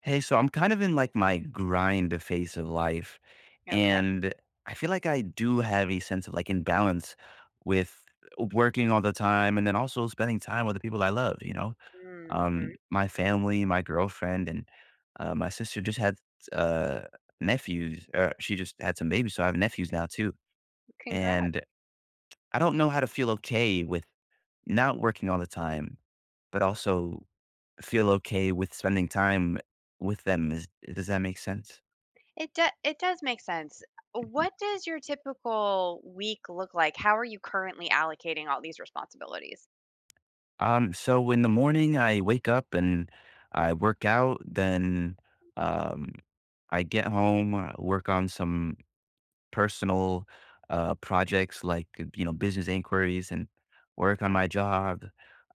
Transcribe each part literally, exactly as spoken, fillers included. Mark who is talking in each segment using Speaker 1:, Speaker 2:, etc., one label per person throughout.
Speaker 1: Hey, so I'm kind of in like my grind phase of life,
Speaker 2: Okay.
Speaker 1: and I feel like I do have a sense of like imbalance with working all the time and then also spending time with the people I love, you know?
Speaker 2: Mm,
Speaker 1: Um,
Speaker 2: mhm.
Speaker 1: my family, my girlfriend, and uh, my sister just had uh, nephews. Uh, she just had some babies, so I have nephews now too.
Speaker 2: Congrats.
Speaker 1: And I don't know how to feel okay with not working all the time, but also feel okay with spending time with them. Is, does that make sense?
Speaker 2: It do it does make sense.
Speaker 1: Mhm.
Speaker 2: What does your typical week look like? How are you currently allocating all these responsibilities?
Speaker 1: Um, so in the morning, I wake up and I work out. Then um, I get home, uh, work on some personal uh, projects like you know business inquiries and work on my
Speaker 2: Mhm,
Speaker 1: job.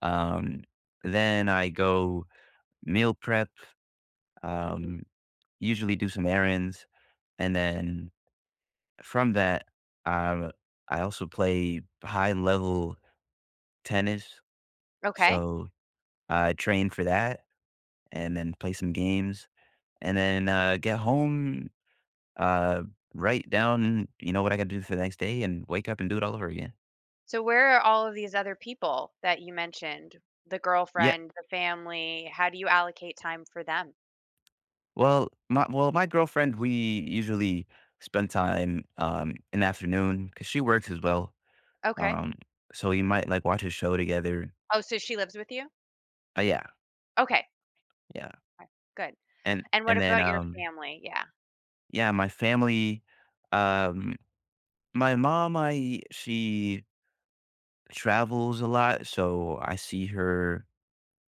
Speaker 1: Um, then I go meal prep.
Speaker 2: mhm, mhm.
Speaker 1: um, Usually do some errands, and then from that, um, I also play high level tennis,
Speaker 2: Okay.
Speaker 1: so I train for that, and then play some games, and then uh, get home, uh, write down you know what I got to do for the next day, and wake up and do it all over again.
Speaker 2: So where are all of these other people that you mentioned? The
Speaker 1: Yeah.
Speaker 2: girlfriend, the family, how do you allocate time for them?
Speaker 1: Well, my well, my girlfriend, we usually spend time um in the afternoon because she works as well.
Speaker 2: Okay.
Speaker 1: Um, so we might like watch a show together.
Speaker 2: Oh, so she lives with you?
Speaker 1: Uh, yeah.
Speaker 2: Okay.
Speaker 1: Yeah,
Speaker 2: Alright. Good.
Speaker 1: and
Speaker 2: And what
Speaker 1: and then,
Speaker 2: about your
Speaker 1: um
Speaker 2: family? Yeah.
Speaker 1: yeah, my family, um my mom, I she travels a lot, so I see her,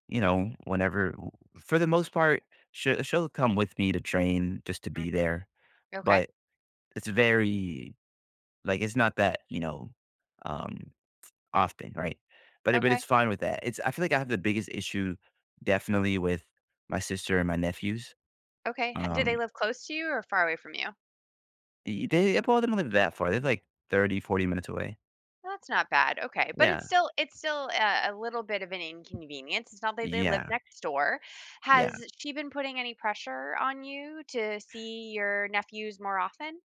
Speaker 1: you know, whenever for the most part, she'll she'll come with me to train just to be
Speaker 2: Hmm.
Speaker 1: there,
Speaker 2: Okay.
Speaker 1: but it's very like, it's not that, you know, um, often, right? But it but
Speaker 2: Okay.
Speaker 1: it's fine with that. It's I feel like I have the biggest issue definitely with my sister and my nephews.
Speaker 2: Okay. H- Do
Speaker 1: um
Speaker 2: they live close to you or far away from you?
Speaker 1: Y they well, they don't live that far. They are like, thirty, forty minutes away.
Speaker 2: That's not bad, okay, but
Speaker 1: Yeah.
Speaker 2: it's still it's still a a little bit of an inconvenience. It's not that they live
Speaker 1: Yeah.
Speaker 2: next door.
Speaker 1: Yeah.
Speaker 2: Has she been putting any pressure on you to see your nephews more often?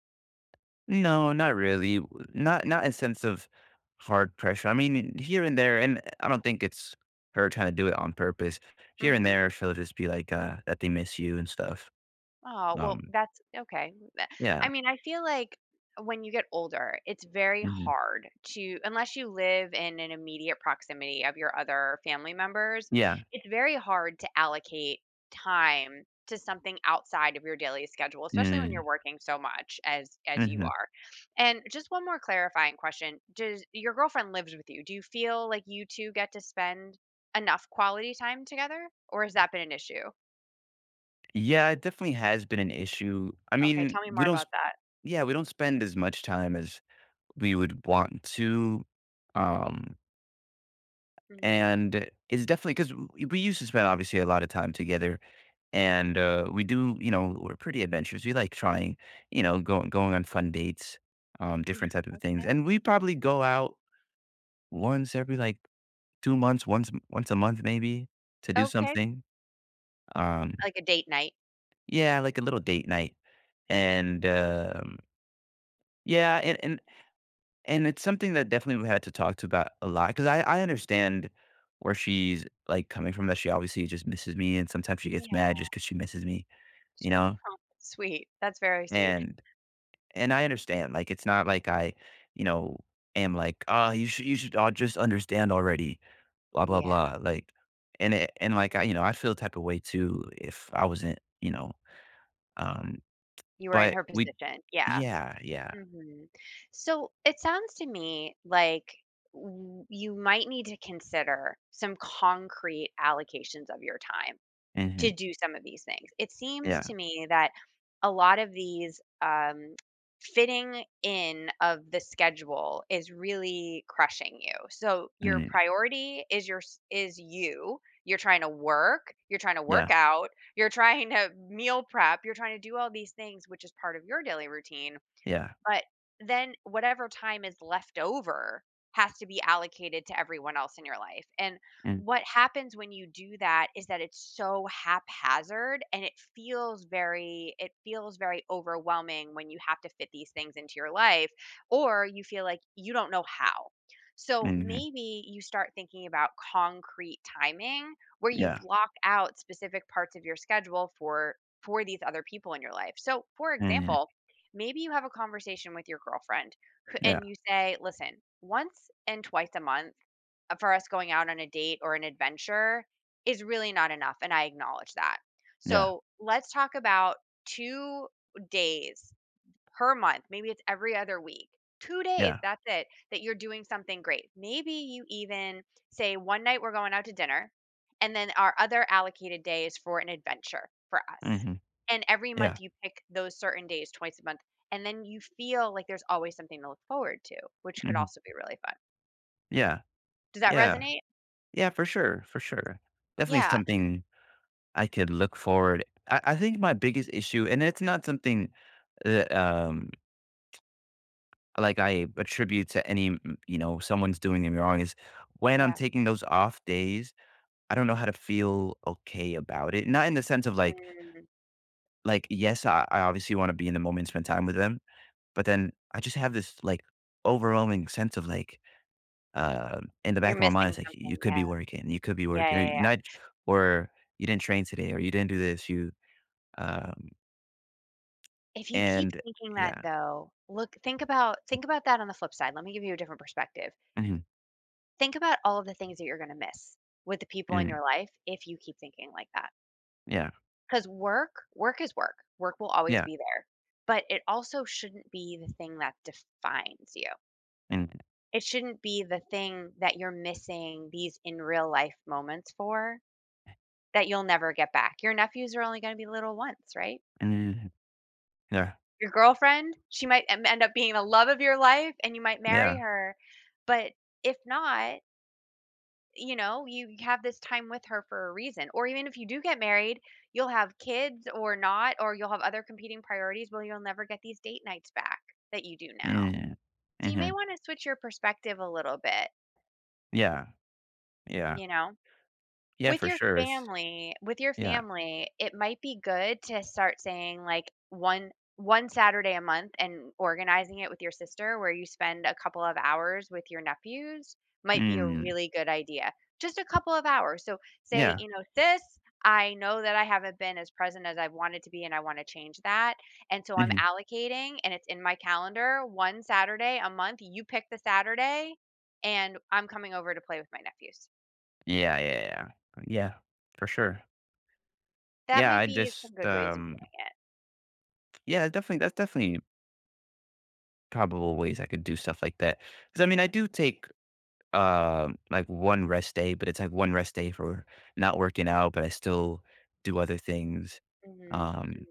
Speaker 1: No, not really. W not not in sense of hard pressure. I mean, here and there, and I don't think it's her trying to do it on purpose. Here and
Speaker 2: Mhm.
Speaker 1: there, she'll just be like, uh, that they miss you and stuff.
Speaker 2: Oh, well,
Speaker 1: Um,
Speaker 2: that's okay. Tha
Speaker 1: yeah.
Speaker 2: I mean, I feel like when you get older, it's very
Speaker 1: Mhm.
Speaker 2: hard to unless you live in an immediate proximity of your other family members.
Speaker 1: Yeah.
Speaker 2: It's very hard to allocate time to something outside of your daily schedule, especially when
Speaker 1: Mm.
Speaker 2: you're working so much as as you
Speaker 1: Mhm.
Speaker 2: are. And just one more clarifying question. Does your girlfriend lives with you? Do you feel like you two get to spend enough quality time together, or has that been an issue?
Speaker 1: Yeah, it definitely has been an issue. I
Speaker 2: Okay,
Speaker 1: mean,
Speaker 2: tell me
Speaker 1: we
Speaker 2: more
Speaker 1: don't s
Speaker 2: about that.
Speaker 1: yeah, we don't spend as much time as we would want to. Um
Speaker 2: Mhm.
Speaker 1: and it's definitely because we used to spend obviously a lot of time together and uh, we do you know we're pretty adventurous, we like trying you know going going on fun dates, um different type of things,
Speaker 2: Okay,
Speaker 1: and we probably go out once every like two months, once once a month maybe to do
Speaker 2: okay.
Speaker 1: something. um
Speaker 2: Like a date night.
Speaker 1: yeah, like a little date night, and um yeah and, and And it's something that definitely we had to talk to about a lot because I I understand where she's, like, coming from, that she obviously just misses me, and sometimes she gets
Speaker 2: Yeah,
Speaker 1: mad just because she misses me, you
Speaker 2: sure.
Speaker 1: know?
Speaker 2: Sweet. That's very sweet.
Speaker 1: And and I understand, like, it's not like I, you know, am like, "Ah, you should you should, all just understand already, blah, blah,
Speaker 2: Yeah,
Speaker 1: blah," like and it and, like, I you know, I'd feel the type of way too if I wasn't, you know, um,
Speaker 2: you were in
Speaker 1: but
Speaker 2: her
Speaker 1: we
Speaker 2: position. Yeah,
Speaker 1: Yeah, yeah.
Speaker 2: mhm. So, it sounds to me like w you might need to consider some concrete allocations of your time
Speaker 1: Mhm.
Speaker 2: to do some of these things. It seems
Speaker 1: Yeah.
Speaker 2: to me that a lot of these, um, fitting in of the schedule is really crushing you. So your
Speaker 1: Mm.
Speaker 2: priority is your s is you. You're trying to work, you're trying to
Speaker 1: Yeah.
Speaker 2: work out, you're trying to meal prep, you're trying to do all these things, which is part of your daily routine.
Speaker 1: Yeah.
Speaker 2: But then whatever time is left over has to be allocated to everyone else in your life. And
Speaker 1: Mm.
Speaker 2: what happens when you do that is that it's so haphazard, and it feels very it feels very overwhelming when you have to fit these things into your life, or you feel like you don't know how. So
Speaker 1: Mhm.
Speaker 2: maybe you start thinking about concrete timing, where you
Speaker 1: Yeah.
Speaker 2: block out specific parts of your schedule for for these other people in your life. So for
Speaker 1: Mhm.
Speaker 2: example, maybe you have a conversation with your girlfriend who-
Speaker 1: Yeah,
Speaker 2: and you say, listen, once and twice a month uh, for us going out on a date or an adventure is really not enough. And I acknowledge that.
Speaker 1: yeah,
Speaker 2: So let's talk about two days per month, maybe it's every other week. two days,
Speaker 1: yeah.
Speaker 2: that's it, that you're doing something great. Maybe you even say, "One night we're going out to dinner, and then our other allocated day is for an adventure for us."
Speaker 1: Mhm.
Speaker 2: And every
Speaker 1: Yeah,
Speaker 2: month you pick those certain days twice a month, and then you feel like there's always something to look forward to, which could
Speaker 1: mhm.
Speaker 2: also be really fun.
Speaker 1: Yeah,
Speaker 2: Does that
Speaker 1: yeah,
Speaker 2: resonate?
Speaker 1: yeah, for sure, for sure. Definitely
Speaker 2: Yeah,
Speaker 1: something. I could look forward I I think my biggest issue and it's not something that, um, like, I attribute to any m you know, someone's doing me wrong is when I'm
Speaker 2: yeah.
Speaker 1: taking those off days, I don't know how to feel okay about it. Not in the sense of, like
Speaker 2: Mm,
Speaker 1: like, yes, I I obviously wanna be in the moment and spend time with them, but then I just have this, like, overwhelming sense of, like Um, in the back
Speaker 2: you're
Speaker 1: of my mind,
Speaker 2: missing
Speaker 1: it's like, "You
Speaker 2: something,
Speaker 1: could be
Speaker 2: yeah.
Speaker 1: working, you could be
Speaker 2: Yeah,
Speaker 1: working, or
Speaker 2: yeah,
Speaker 1: you're
Speaker 2: yeah.
Speaker 1: not or you didn't train today, or you didn't do this, you" um,
Speaker 2: If you keep
Speaker 1: and
Speaker 2: thinking that
Speaker 1: yeah.
Speaker 2: though, look, think about think about that on the flip side. Let me give you a different perspective.
Speaker 1: Mhm,
Speaker 2: Think about all of the things that you're gonna miss with the people in
Speaker 1: mhm,
Speaker 2: your life if you keep thinking like that.
Speaker 1: yeah,
Speaker 2: Because work work is work. Work will always
Speaker 1: yeah,
Speaker 2: be there, but it also shouldn't be the thing that defines you.
Speaker 1: mhm,
Speaker 2: It shouldn't be the thing that you're missing these in real life moments for, that you'll never get back. Your nephews are only gonna be little once, right?
Speaker 1: mhm, yeah,
Speaker 2: Your girlfriend, she might em end up being the love of your life, and you might marry
Speaker 1: yeah,
Speaker 2: her, but if not, you know, you have this time with her for a reason. Or even if you do get married, you'll have kids or not, or you'll have other competing priorities. Well, you'll never get these date nights back that you do now.
Speaker 1: mhm,
Speaker 2: So you may
Speaker 1: mhm,
Speaker 2: want to switch your perspective a little bit,
Speaker 1: yeah, yeah,
Speaker 2: you know?
Speaker 1: yeah,
Speaker 2: With
Speaker 1: for
Speaker 2: your
Speaker 1: sure, it's
Speaker 2: family with your
Speaker 1: yeah,
Speaker 2: family, it might be good to start saying, like, one one Saturday a month, and organizing it with your sister where you spend a couple of hours with your nephews might be a
Speaker 1: mm,
Speaker 2: really good idea. Just a couple of hours. So say,
Speaker 1: yeah,
Speaker 2: you know, "Sis, I know that I haven't been as present as I wanted to be, and I wanna change that, and so I'm
Speaker 1: mhm,
Speaker 2: allocating, and it's in my calendar, one Saturday a month, you pick the Saturday, and I'm coming over to play with my nephews."
Speaker 1: yeah, yeah, yeah, yeah, for sure.
Speaker 2: That
Speaker 1: Yeah,
Speaker 2: might
Speaker 1: I
Speaker 2: be some
Speaker 1: just,
Speaker 2: good ways of
Speaker 1: um
Speaker 2: doing it.
Speaker 1: yeah, definitely that's definitely probable ways I could do stuff like that. Cause I mean, I do take Um, like, one rest day, but it's, like, one rest day for not working out, but I still do other things.
Speaker 2: Mhm,
Speaker 1: Um,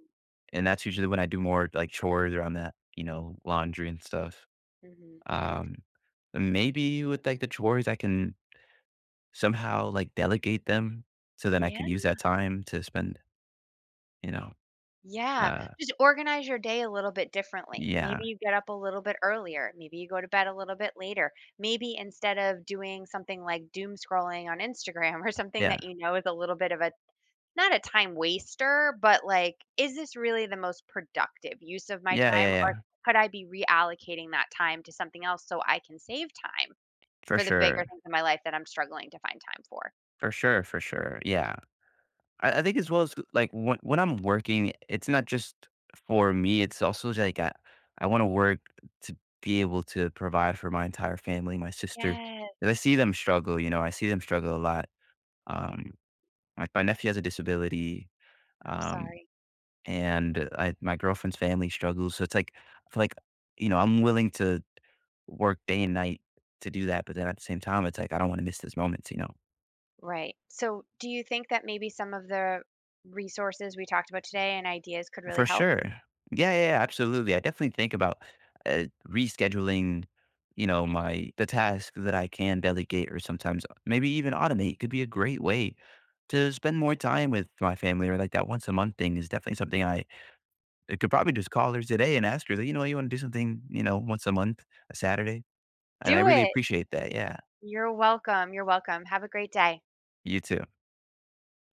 Speaker 1: and that's usually when I do more, like, chores around that, you know, laundry and stuff.
Speaker 2: mm, mhm, mhm.
Speaker 1: Um, Maybe with, like, the chores, I can somehow, like, delegate them so then I
Speaker 2: Yeah.
Speaker 1: could use that time to spend, you know,
Speaker 2: Yeah,
Speaker 1: uh,
Speaker 2: just organize your day a little bit differently.
Speaker 1: yeah,
Speaker 2: Maybe you get up a little bit earlier, maybe you go to bed a little bit later. Maybe instead of doing something like doom scrolling on Instagram or something
Speaker 1: yeah.
Speaker 2: that you know is a little bit of a, not a time waster, but, like, is this really the most productive use of my
Speaker 1: Yeah, yeah,
Speaker 2: time,
Speaker 1: yeah.
Speaker 2: or could I be reallocating that time to something else so I can save time
Speaker 1: For
Speaker 2: for the
Speaker 1: sure.
Speaker 2: bigger things in my life that I'm struggling to find time for?
Speaker 1: For sure, for sure. Yeah. I I think as well as, like, when when I'm working, it's not just for me, it's also like I I wanna work to be able to provide for my entire family, my sister, 'cause
Speaker 2: Yes.
Speaker 1: I see them struggle, you know, I see them struggle a lot. Um, like, my nephew has a disability,
Speaker 2: I'm
Speaker 1: um,
Speaker 2: sorry.
Speaker 1: and I my girlfriend's family struggles, so it's like I feel like, you know, I'm willing to work day and night to do that, but then at the same time, it's like I don't wanna miss those moments, you know?
Speaker 2: Right. So, do you think that maybe some of the resources we talked about today and ideas could really
Speaker 1: For
Speaker 2: help?
Speaker 1: sure. Yeah, yeah, yeah, absolutely. I definitely think about uh, rescheduling, you know, my the tasks that I can delegate or sometimes uh, maybe even automate could be a great way to spend more time with my family or like that once a month thing is definitely something I, I could probably just call her today and ask her that, you know, you want to do something, you know, once a month, a Saturday. And I
Speaker 2: Do
Speaker 1: really
Speaker 2: it.
Speaker 1: appreciate that. Yeah.
Speaker 2: You're welcome. You're welcome. Have a great day.
Speaker 1: You too.